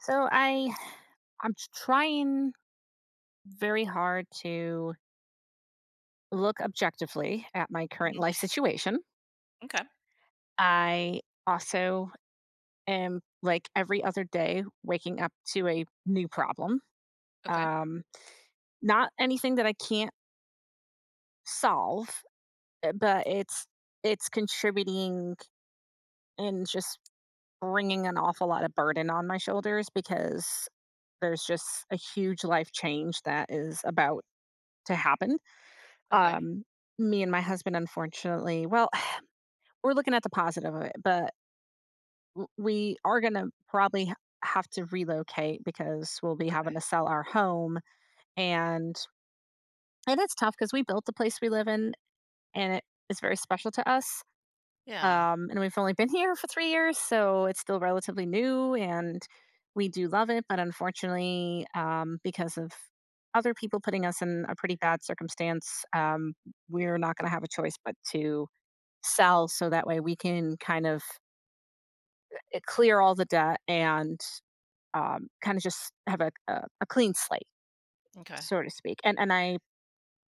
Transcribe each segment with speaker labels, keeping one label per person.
Speaker 1: So I'm trying very hard to look objectively at my current
Speaker 2: Mhm.
Speaker 1: life situation.
Speaker 2: Okay.
Speaker 1: I also am like every other day waking up to a new problem.
Speaker 2: Okay.
Speaker 1: Um Not anything that I can't solve, but it's contributing and just bringing an awful lot of burden on my shoulders because there's just a huge life change that is about to happen.
Speaker 2: Okay.
Speaker 1: Um, Me and my husband, unfortunately, well, we're looking at the positive of it, but w we are gonna probably ha have to relocate because we'll be having
Speaker 2: Okay.
Speaker 1: to sell our home, and and it's tough because we built the place we live in, and it is very special to us,
Speaker 2: Yeah.
Speaker 1: and we've only been here for 3 years, so it's still relatively new, and we do love it, but unfortunately, because of other people putting us in a pretty bad circumstance, we're not gonna have a choice but to sell so that way we can kind of clear all the debt and kind of just have a clean slate,
Speaker 2: Okay.
Speaker 1: so to speak. And and I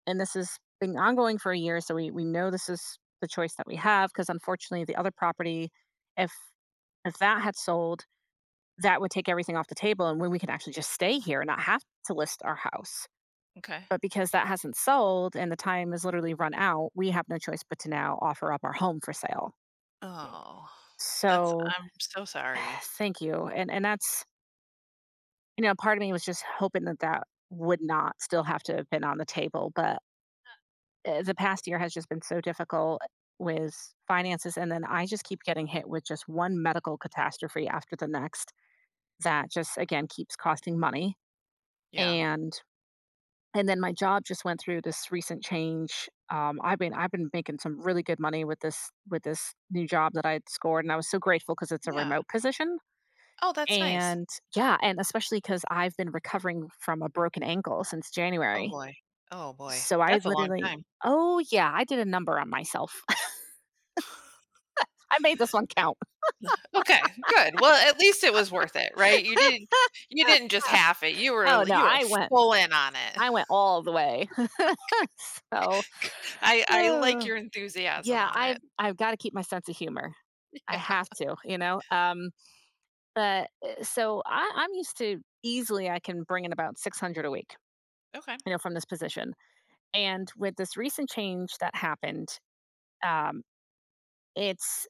Speaker 1: and this has been ongoing for a year, so we know this is the choice that we have because, unfortunately, the other property, if if that had sold, that would take everything off the table, and when we can actually just stay here and not have to list our house.
Speaker 2: Okay.
Speaker 1: But because that hasn't sold and the time is literally run out, we have no choice but to now offer up our home for sale.
Speaker 2: So Oh, that's
Speaker 1: So
Speaker 2: I'm so sorry.
Speaker 1: Thank you, and that's, part of me was just hoping that would not still have to have been on the table, but, the past year has just been so difficult with finances, and then I just keep getting hit with just one medical catastrophe after the next that just, again, keeps costing money,
Speaker 2: Yeah.
Speaker 1: and and then my job just went through this recent change. I've been making some really good money with this new job that I'd scored, and I was so grateful because it's a
Speaker 2: Yeah.
Speaker 1: remote position.
Speaker 2: Oh, that's nice.
Speaker 1: And yeah, and especially because 'cause I've been recovering from a broken ankle since
Speaker 2: Oh
Speaker 1: January.
Speaker 2: boy. Oh boy.
Speaker 1: So I
Speaker 2: That's a long
Speaker 1: literally
Speaker 2: time.
Speaker 1: Oh, yeah, I did a number on myself. I made this one count.
Speaker 2: Okay. Good. Well, at least it was worth it, right? You didn't you didn't just half it. You
Speaker 1: Oh,
Speaker 2: were
Speaker 1: no,
Speaker 2: you were full in on it.
Speaker 1: I went all the way. So
Speaker 2: I I like
Speaker 1: oh,
Speaker 2: your enthusiasm
Speaker 1: yeah,
Speaker 2: on
Speaker 1: I've
Speaker 2: it.
Speaker 1: I've gotta keep my sense of humor. I
Speaker 2: Yeah.
Speaker 1: have to, you know? But, so I'm used to, easily, I can bring in about 600 a week,
Speaker 2: Okay.
Speaker 1: you know, from this position. And with this recent change that happened, um, it's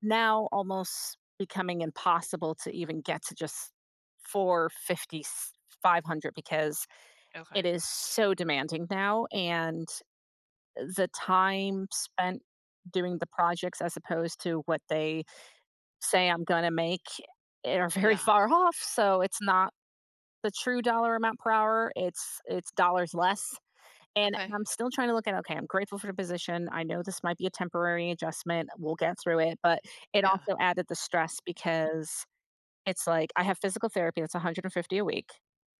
Speaker 1: now almost becoming impossible to even get to just four fifty five hundred because it
Speaker 2: Okay.
Speaker 1: is so demanding now. And the time spent doing the projects as opposed to what they say I'm going to make are very
Speaker 2: Yeah.
Speaker 1: far off. So it's not the true dollar amount per hour. It's dollars less, and
Speaker 2: Okay.
Speaker 1: I'm still trying to look at, okay, I'm grateful for the position. I know this might be a temporary adjustment. We'll get through it. But it
Speaker 2: Yeah.
Speaker 1: also added the stress because it's like I have physical therapy that's 150 a week.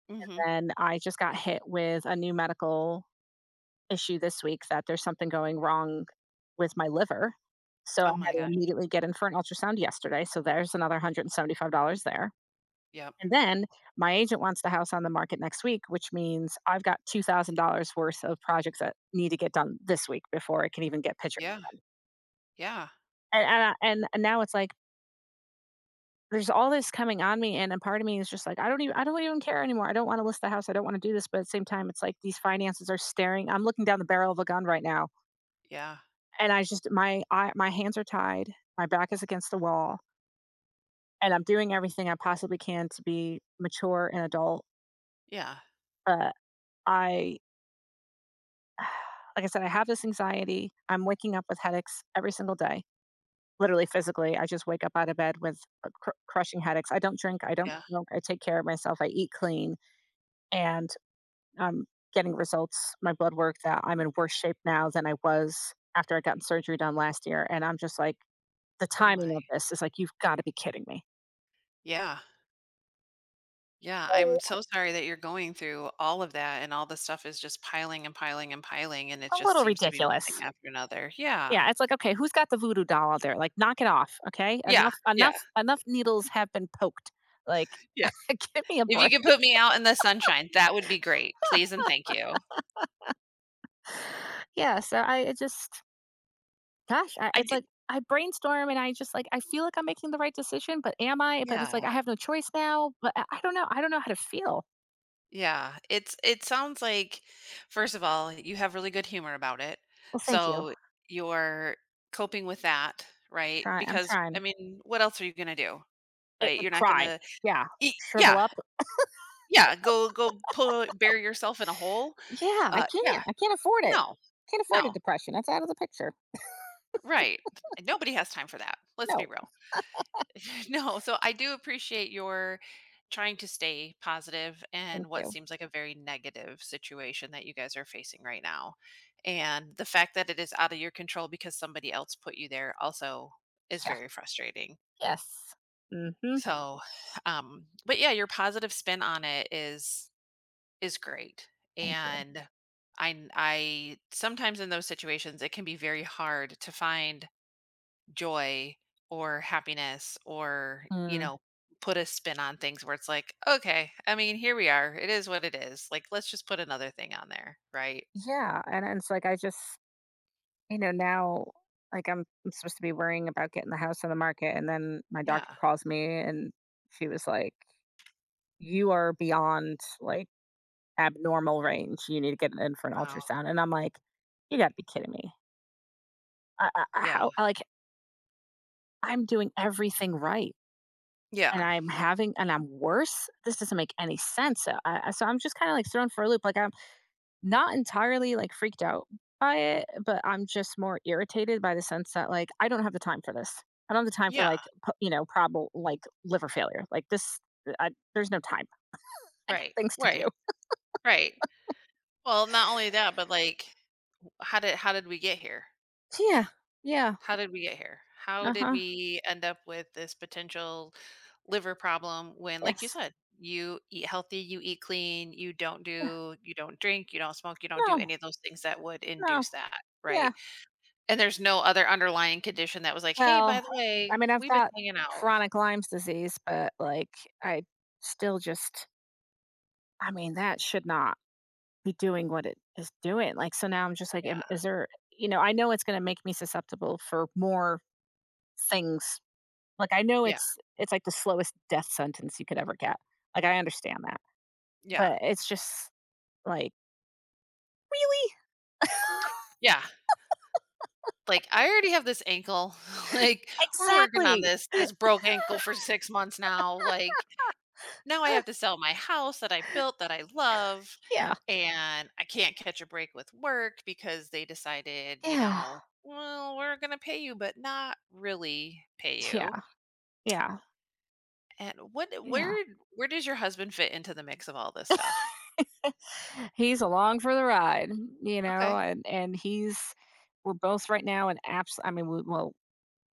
Speaker 2: Mhm.
Speaker 1: And I just got hit with a new medical issue this week that there's something going wrong with my liver. So I
Speaker 2: Oh my
Speaker 1: had to
Speaker 2: gosh.
Speaker 1: immediately get in for an ultrasound yesterday. So there's another $175 there.
Speaker 2: Yep.
Speaker 1: And then my agent wants the house on the market next week, which means I've got $2,000 worth of projects that need to get done this week before I can even get pictures.
Speaker 2: Yeah. Yeah.
Speaker 1: And, I, and now it's like there's all this coming on me, and a part of me is just like I don't even care anymore. I don't want to list the house. I don't want to do this, but, at the same time, it's like these finances are staring. I'm looking down the barrel of a gun right now,
Speaker 2: Yeah.
Speaker 1: and I just my I, my hands are tied, my back is against the wall, and I'm doing everything I possibly can to be mature and adult.
Speaker 2: Yeah. Yeah.
Speaker 1: But I Like I said, I have this anxiety. I'm waking up with headaches every single day. Literally, physically, I just wake up out of bed with crushing headaches. I don't drink. I don't
Speaker 2: Yeah.
Speaker 1: smoke. I take care of myself. I eat clean, and I'm getting results. My blood work, that I'm in worse shape now than I was after I got surgery done last year. And I'm just like, the
Speaker 2: Oh
Speaker 1: timing
Speaker 2: my.
Speaker 1: of this is like, you've got to be kidding me.
Speaker 2: Yeah. Yeah. I'm so sorry that you're going through all of that, and all the stuff is just piling and piling and piling, and it
Speaker 1: A
Speaker 2: just
Speaker 1: little
Speaker 2: seems to be one thing
Speaker 1: ridiculous.
Speaker 2: after another. Yeah.
Speaker 1: Yeah, it's like, okay, who's got the voodoo doll out there? Like, knock it off, okay?
Speaker 2: Yeah.
Speaker 1: Enough, enough,
Speaker 2: Yeah.
Speaker 1: enough needles have been poked. Like,
Speaker 2: Yeah.
Speaker 1: give me a
Speaker 2: If you
Speaker 1: break.
Speaker 2: could put me out in the sunshine, that would be great. Please and thank you.
Speaker 1: Yeah, so I it just, gosh,
Speaker 2: I
Speaker 1: it's
Speaker 2: do
Speaker 1: like I brainstorm, and I just like I feel like I'm making the right decision, but am I? But it's like
Speaker 2: yeah.
Speaker 1: I have no choice now. But I don't know. I don't know how to feel.
Speaker 2: Yeah. It's it sounds like first of all, you have really good humor about it.
Speaker 1: Well, thank you.
Speaker 2: So you're coping with that, right?
Speaker 1: Try, I'm
Speaker 2: Because I
Speaker 1: trying.
Speaker 2: mean, what else are you gonna do?
Speaker 1: I
Speaker 2: Right?
Speaker 1: I
Speaker 2: You're not
Speaker 1: cry.
Speaker 2: gonna
Speaker 1: Yeah, shrivel
Speaker 2: Yeah.
Speaker 1: up.
Speaker 2: Yeah, go go put bury yourself in a hole.
Speaker 1: Yeah, I
Speaker 2: Yeah,
Speaker 1: can't. I can't afford it.
Speaker 2: no,
Speaker 1: Can't afford a
Speaker 2: no,
Speaker 1: depression. That's out of the picture.
Speaker 2: right. Nobody has time for that. Let's be
Speaker 1: No,
Speaker 2: real. No, so I do appreciate your trying to stay positive
Speaker 1: thank
Speaker 2: in what
Speaker 1: you.
Speaker 2: seems like a very negative situation that you guys are facing right now. And the fact that it is out of your control because somebody else put you there also is
Speaker 1: Yeah.
Speaker 2: very frustrating.
Speaker 1: Yes. Mm-hmm.
Speaker 2: So, but yeah, your positive spin on it is great.
Speaker 1: Thank you.
Speaker 2: And I sometimes in those situations it can be very hard to find joy or happiness or, you
Speaker 1: Mm,
Speaker 2: know, put a spin on things where it's like, okay, I mean, here we are. It is what it is. Like let's just put another thing on there, right?
Speaker 1: yeah, and it's like, now, like, I'm supposed to be worrying about getting the house on the market, and then my doctor
Speaker 2: Yeah.
Speaker 1: calls me, and she was like, "You are beyond, like, abnormal range. You need to get in for an
Speaker 2: Wow.
Speaker 1: ultrasound." And I'm like, "You got to be kidding me!
Speaker 2: Yeah.
Speaker 1: How, like, I'm doing everything right." And
Speaker 2: Yeah.
Speaker 1: I'm having, and I'm worse. This doesn't make any sense. So, so I'm just kind of like thrown for a loop. Like I'm. Not entirely, like, freaked out by it, but I'm just more irritated by the sense that, like, I don't have the time for this. I don't have the time for,
Speaker 2: Yeah.
Speaker 1: like, probable, like, liver failure. Like, this I There's no time. I got
Speaker 2: Right.
Speaker 1: things to
Speaker 2: Right.
Speaker 1: do.
Speaker 2: Right. Well, not only that, but like how did we get here?
Speaker 1: Yeah. Yeah.
Speaker 2: How did we get here? How did
Speaker 1: Uh-huh.
Speaker 2: we end up with this potential liver problem when, like you
Speaker 1: Yes.
Speaker 2: said, you eat healthy, you eat clean, you don't
Speaker 1: Yeah.
Speaker 2: do, you don't drink, you don't smoke, you don't do
Speaker 1: No.
Speaker 2: any of those things that would
Speaker 1: No.
Speaker 2: induce that,
Speaker 1: Yeah.
Speaker 2: right? And there's no other underlying condition that was like, hey, by
Speaker 1: Well,
Speaker 2: the
Speaker 1: I
Speaker 2: way,
Speaker 1: mean, I've
Speaker 2: we've been
Speaker 1: got
Speaker 2: hanging out.
Speaker 1: chronic Lyme's disease, but, like, I still just I mean, that should not be doing what it is doing. Like, so now I'm just like,
Speaker 2: Yeah,
Speaker 1: is there, you know, I know it's going to make me susceptible for more things. Like, I know
Speaker 2: yeah,
Speaker 1: it's like the slowest death sentence you could ever get. Like, I understand that,
Speaker 2: yeah,
Speaker 1: but it's just like, really?
Speaker 2: yeah. Like I already have this ankle. like we're working on
Speaker 1: Exactly.
Speaker 2: this broke ankle for 6 months now. Like Now I have to sell my house that I built that I love,
Speaker 1: Yeah.
Speaker 2: and I can't catch a break with work because they decided, you
Speaker 1: Yeah.
Speaker 2: know, well, we're going to pay you, but not really pay you.
Speaker 1: Yeah. Yeah.
Speaker 2: And what,
Speaker 1: Yeah.
Speaker 2: where, where does your husband fit into the mix of all this stuff?
Speaker 1: He's along for the ride, you know,
Speaker 2: Okay.
Speaker 1: and we're both right now in apps. I mean, well,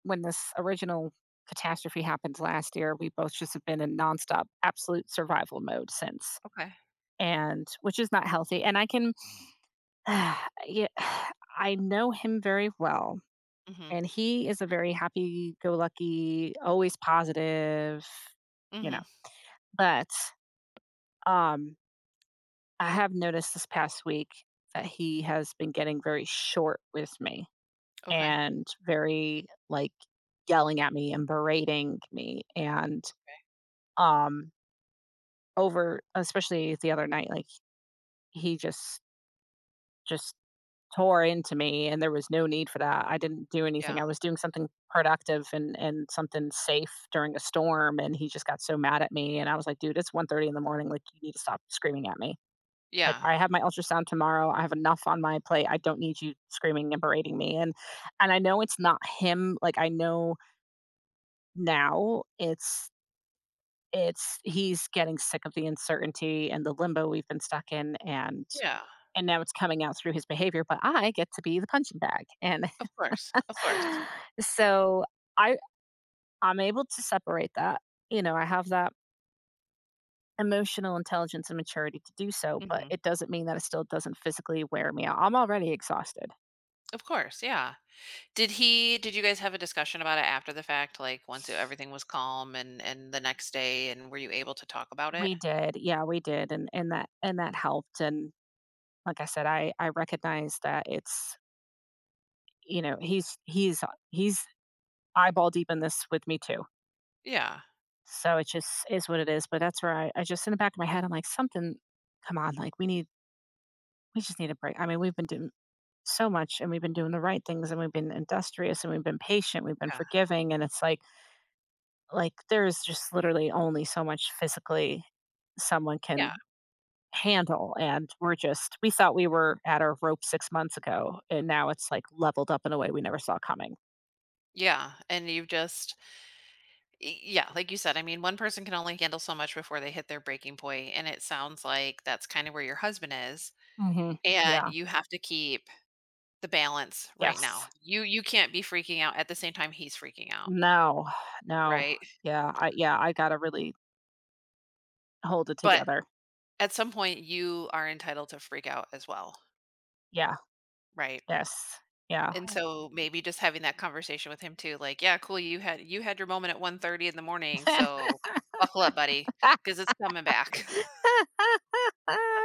Speaker 1: when this original catastrophe happened last year, we both just have been in nonstop, absolute survival mode since,
Speaker 2: Okay.
Speaker 1: and which is not healthy. Yeah, I know him very well,
Speaker 2: Mm-hmm.
Speaker 1: and he is a very happy go lucky, always positive, you
Speaker 2: Mm-hmm.
Speaker 1: know. But, um, I have noticed this past week that he has been getting very short with me
Speaker 2: Okay.
Speaker 1: and very, like, yelling at me and berating me, and,
Speaker 2: Okay.
Speaker 1: um, over especially the other night, like, he just tore into me, and there was no need for that. I didn't do anything.
Speaker 2: Yeah.
Speaker 1: I was doing something productive, and something safe during a storm, and he just got so mad at me, and I was like, "Dude, it's 1:30 in the morning, like, you need to stop screaming at me. Like,
Speaker 2: Yeah.
Speaker 1: I have my ultrasound tomorrow. I have enough on my plate. I don't need you screaming and berating me." And I know it's not him. Like, I know now it's he's getting sick of the uncertainty and the limbo we've been stuck in, and
Speaker 2: Yeah.
Speaker 1: and now it's coming out through his behavior, but I get to be the punching bag, and
Speaker 2: Of course. Of course.
Speaker 1: so I I'm able to separate that. You know, I have that emotional intelligence and maturity to do so, but
Speaker 2: Mm-hmm.
Speaker 1: it doesn't mean that it still doesn't physically wear me out. I'm already exhausted.
Speaker 2: Of course. Yeah. Did he did you guys have a discussion about it after the fact, like, once e, everything was calm and the next day, and were you able to talk about it?
Speaker 1: We did. Yeah, we did, and that helped, and like I said, I recognize that, it's you know, he's eyeball deep in this with me too.
Speaker 2: Yeah,
Speaker 1: So it just is what it is, but that's where I just in the back of my head, I'm like, "Something, come on, like, we just need a break." I mean, we've been doing so much, and we've been doing the right things, and we've been industrious, and we've been patient, we've been
Speaker 2: yeah,
Speaker 1: forgiving, and it's there is just literally only so much physically someone
Speaker 2: yeah,
Speaker 1: can handle, and we thought we were at our rope 6 months ago, and now it's, like, leveled up in a way we never saw coming.
Speaker 2: yeah, and you've just y yeah, like you said, I mean, one person can only handle so much before they hit their breaking point, and it sounds like that's kinda where your husband is,
Speaker 1: Mhm.
Speaker 2: and
Speaker 1: Yeah.
Speaker 2: you have to keep the balance right now.
Speaker 1: Yes.
Speaker 2: You can't be freaking out at the same time he's freaking out,
Speaker 1: No. No.
Speaker 2: right?
Speaker 1: Yeah, I gotta really hold it
Speaker 2: But
Speaker 1: together.
Speaker 2: at some point, you are entitled to freak out as well,
Speaker 1: Yeah.
Speaker 2: right?
Speaker 1: Yes. Yeah.
Speaker 2: And so maybe just having that conversation with him too, like, "Yeah, cool, you had your moment at 1:30 in the morning, so buckle up, buddy, because it's coming back."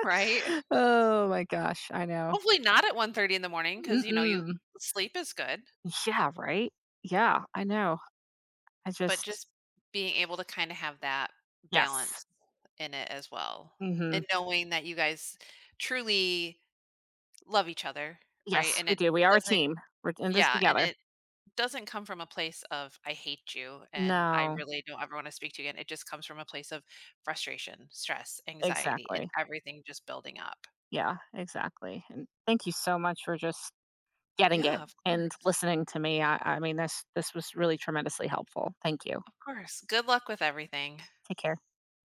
Speaker 2: Right?
Speaker 1: Oh my gosh, I know.
Speaker 2: Hopefully not at 1:30 in the morning, because you know, you
Speaker 1: Mm-mm.
Speaker 2: sleep is good,
Speaker 1: Yeah, right? Yeah, I know. I
Speaker 2: but
Speaker 1: just
Speaker 2: just being able to kinda have that
Speaker 1: Yes.
Speaker 2: balance in it as well,
Speaker 1: Mhm.
Speaker 2: and knowing that you guys truly love each other, right?
Speaker 1: Yes,
Speaker 2: And
Speaker 1: we
Speaker 2: it
Speaker 1: do. We are a
Speaker 2: doesn't
Speaker 1: team. We're in this
Speaker 2: Yeah, and
Speaker 1: together.
Speaker 2: it doesn't come from a place of I hate you and I
Speaker 1: No.
Speaker 2: really don't ever want to speak to you again. It just comes from a place of frustration, stress, anxiety, and
Speaker 1: Exactly.
Speaker 2: everything just building up.
Speaker 1: Yeah, exactly. And thank you so much for just getting
Speaker 2: Yeah,
Speaker 1: it
Speaker 2: of
Speaker 1: and
Speaker 2: course.
Speaker 1: listening to me. I mean, this was really tremendously helpful. Thank you.
Speaker 2: Of course. Good luck with everything.
Speaker 1: Take care.